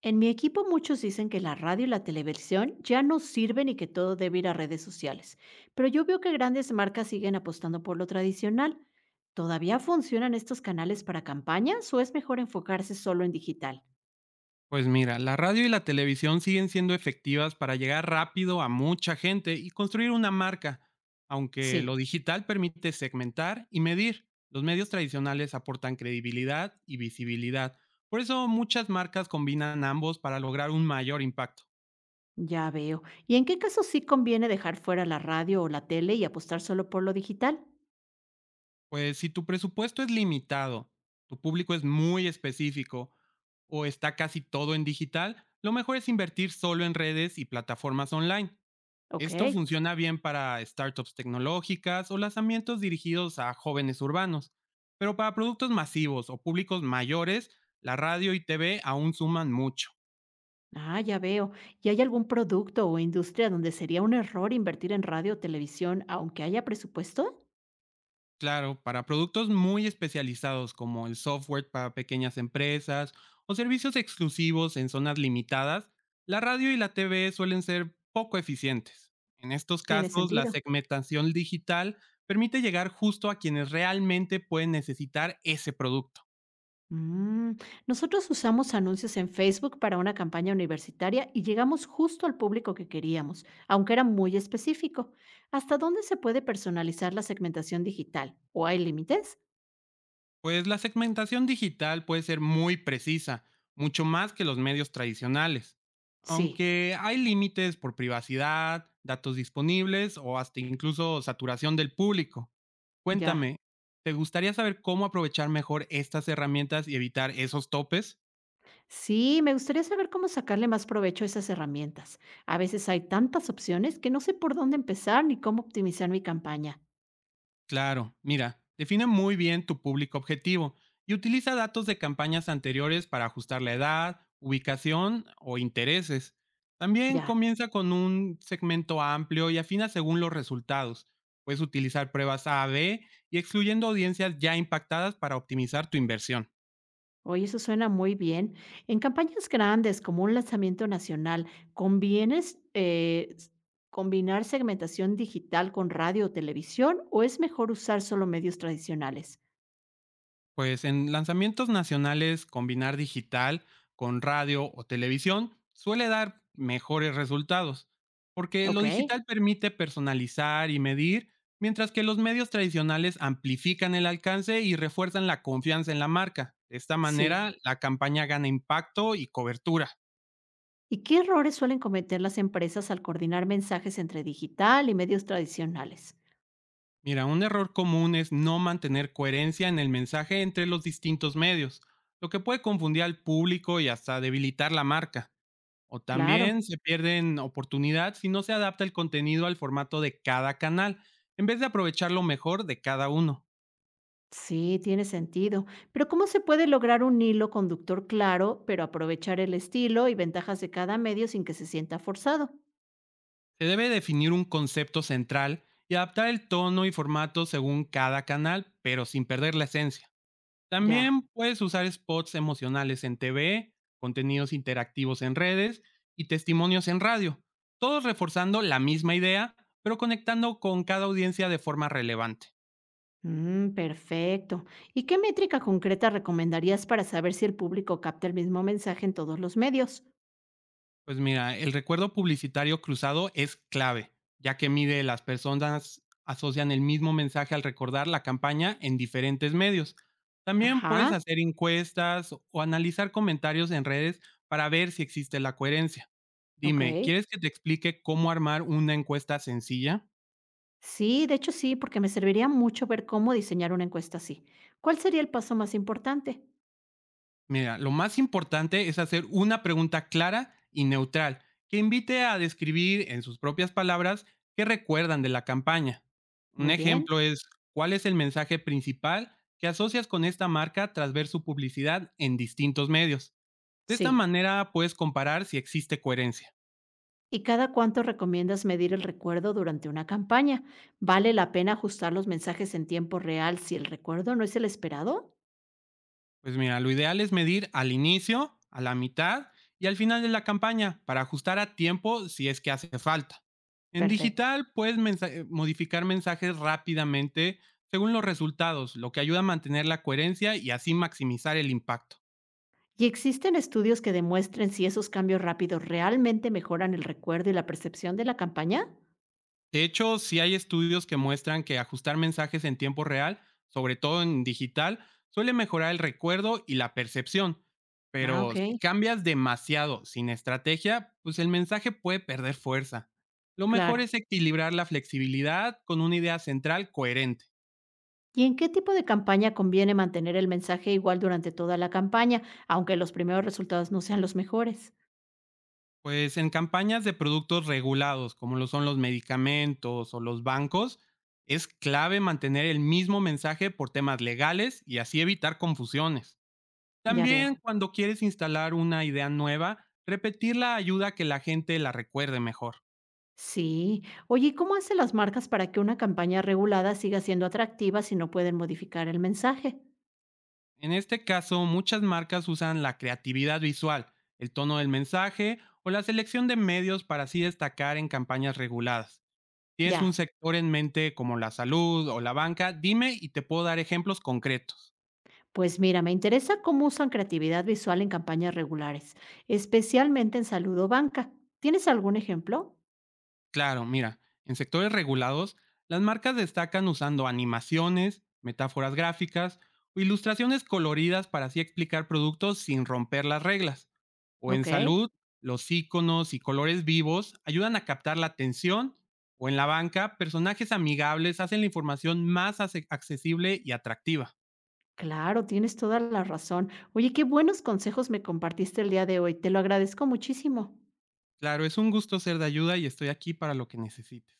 En mi equipo muchos dicen que la radio y la televisión ya no sirven y que todo debe ir a redes sociales, pero yo veo que grandes marcas siguen apostando por lo tradicional. ¿Todavía funcionan estos canales para campañas o es mejor enfocarse solo en digital? Pues mira, la radio y la televisión siguen siendo efectivas para llegar rápido a mucha gente y construir una marca, aunque lo Sí, digital permite segmentar y medir. Los medios tradicionales aportan credibilidad y visibilidad. Por eso muchas marcas combinan ambos para lograr un mayor impacto. ya veo. ¿Y en qué caso sí conviene dejar fuera la radio o la tele y apostar solo por lo digital? Pues si tu presupuesto es limitado, tu público es muy específico o está casi todo en digital, lo mejor es invertir solo en redes y plataformas online. Ok. Esto funciona bien para startups tecnológicas o lanzamientos dirigidos a jóvenes urbanos, pero para productos masivos o públicos mayores, la radio y TV aún suman mucho. Ah, ya veo. ¿Y hay algún producto o industria donde sería un error invertir en radio o televisión aunque haya presupuesto? Claro, para productos muy especializados como el software para pequeñas empresas o servicios exclusivos en zonas limitadas, la radio y la TV suelen ser poco eficientes. En estos Tiene casos, la sentido. segmentación digital permite llegar justo a quienes realmente pueden necesitar ese producto. Mm, nosotros usamos anuncios en Facebook para una campaña universitaria y llegamos justo al público que queríamos, aunque era muy específico. ¿Hasta dónde se puede personalizar la segmentación digital? ¿O hay límites? Pues la segmentación digital puede ser muy precisa, mucho más que los medios tradicionales, Sí, aunque hay límites por privacidad, datos disponibles o hasta incluso saturación del público. ya. Cuéntame, ¿te gustaría saber cómo aprovechar mejor estas herramientas y evitar esos topes? Sí, me gustaría saber cómo sacarle más provecho a esas herramientas. A veces hay tantas opciones que no sé por dónde empezar ni cómo optimizar mi campaña. Claro, mira, define muy bien tu público objetivo y utiliza datos de campañas anteriores para ajustar la edad, ubicación o intereses. También Ya. comienza con un segmento amplio y afina según los resultados. Puedes utilizar pruebas A-B y excluyendo audiencias ya impactadas para optimizar tu inversión. Oye, eso suena muy bien. En campañas grandes, como un lanzamiento nacional, ¿convienes combinar segmentación digital con radio o televisión o es mejor usar solo medios tradicionales? Pues en lanzamientos nacionales, combinar digital con radio o televisión suele dar mejores resultados, porque Ok, lo digital permite personalizar y medir, mientras que los medios tradicionales amplifican el alcance y refuerzan la confianza en la marca. De esta sí. manera, la campaña gana impacto y cobertura. ¿Y qué errores suelen cometer las empresas al coordinar mensajes entre digital y medios tradicionales? Mira, un error común es no mantener coherencia en el mensaje entre los distintos medios, lo que puede confundir al público y hasta debilitar la marca. O Claro, también se pierden oportunidad si no se adapta el contenido al formato de cada canal, en vez de aprovechar lo mejor de cada uno. sí, tiene sentido. Pero ¿cómo se puede lograr un hilo conductor claro, pero aprovechar el estilo y ventajas de cada medio sin que se sienta forzado? Se debe definir un concepto central y adaptar el tono y formato según cada canal, pero sin perder la esencia. Ya. También puedes usar spots emocionales en TV, contenidos interactivos en redes y testimonios en radio, todos reforzando la misma idea, pero conectando con cada audiencia de forma relevante. Mm, perfecto. ¿Y qué métrica concreta recomendarías para saber si el público capta el mismo mensaje en todos los medios? Pues mira, el recuerdo publicitario cruzado es clave, ya que mide las personas asocian el mismo mensaje al recordar la campaña en diferentes medios. También puedes Ajá, hacer encuestas o analizar comentarios en redes para ver si existe la coherencia. ok. Dime, ¿quieres que te explique cómo armar una encuesta sencilla? Sí, de hecho sí, porque me serviría mucho ver cómo diseñar una encuesta así. ¿Cuál sería el paso más importante? Mira, lo más importante es hacer una pregunta clara y neutral que invite a describir en sus propias palabras qué recuerdan de la campaña. Un Muy bien. ejemplo es, ¿cuál es el mensaje principal que asocias con esta marca tras ver su publicidad en distintos medios? De esta Sí. manera puedes comparar si existe coherencia. ¿Y cada cuánto recomiendas medir el recuerdo durante una campaña? ¿Vale la pena ajustar los mensajes en tiempo real si el recuerdo no es el esperado? Pues mira, lo ideal es medir al inicio, a la mitad y al final de la campaña para ajustar a tiempo si es que hace falta. En Perfecto. digital puedes modificar mensajes rápidamente según los resultados, lo que ayuda a mantener la coherencia y así maximizar el impacto. ¿Y existen estudios que demuestren si esos cambios rápidos realmente mejoran el recuerdo y la percepción de la campaña? De hecho, sí hay estudios que muestran que ajustar mensajes en tiempo real, sobre todo en digital, suele mejorar el recuerdo y la percepción. Ah, ok, Pero si cambias demasiado sin estrategia, pues el mensaje puede perder fuerza. Lo mejor claro. es equilibrar la flexibilidad con una idea central coherente. ¿Y en qué tipo de campaña conviene mantener el mensaje igual durante toda la campaña, aunque los primeros resultados no sean los mejores? Pues en campañas de productos regulados, como lo son los medicamentos o los bancos, es clave mantener el mismo mensaje por temas legales y así evitar confusiones. Ya También veo. cuando quieres instalar una idea nueva, repetirla ayuda a que la gente la recuerde mejor. Sí. Oye, ¿y cómo hacen las marcas para que una campaña regulada siga siendo atractiva si no pueden modificar el mensaje? En este caso, muchas marcas usan la creatividad visual, el tono del mensaje o la selección de medios para así destacar en campañas reguladas. ¿Tienes un Ya. sector en mente como la salud o la banca? Dime y te puedo dar ejemplos concretos. Pues mira, me interesa cómo usan creatividad visual en campañas regulares, especialmente en salud o banca. ¿Tienes algún ejemplo? Claro, mira, en sectores regulados, las marcas destacan usando animaciones, metáforas gráficas o ilustraciones coloridas para así explicar productos sin romper las reglas. O en Okey, salud, los iconos y colores vivos ayudan a captar la atención. O en la banca, personajes amigables hacen la información más accesible y atractiva. claro, tienes toda la razón. Oye, qué buenos consejos me compartiste el día de hoy, te lo agradezco muchísimo. Claro, es un gusto ser de ayuda y estoy aquí para lo que necesites.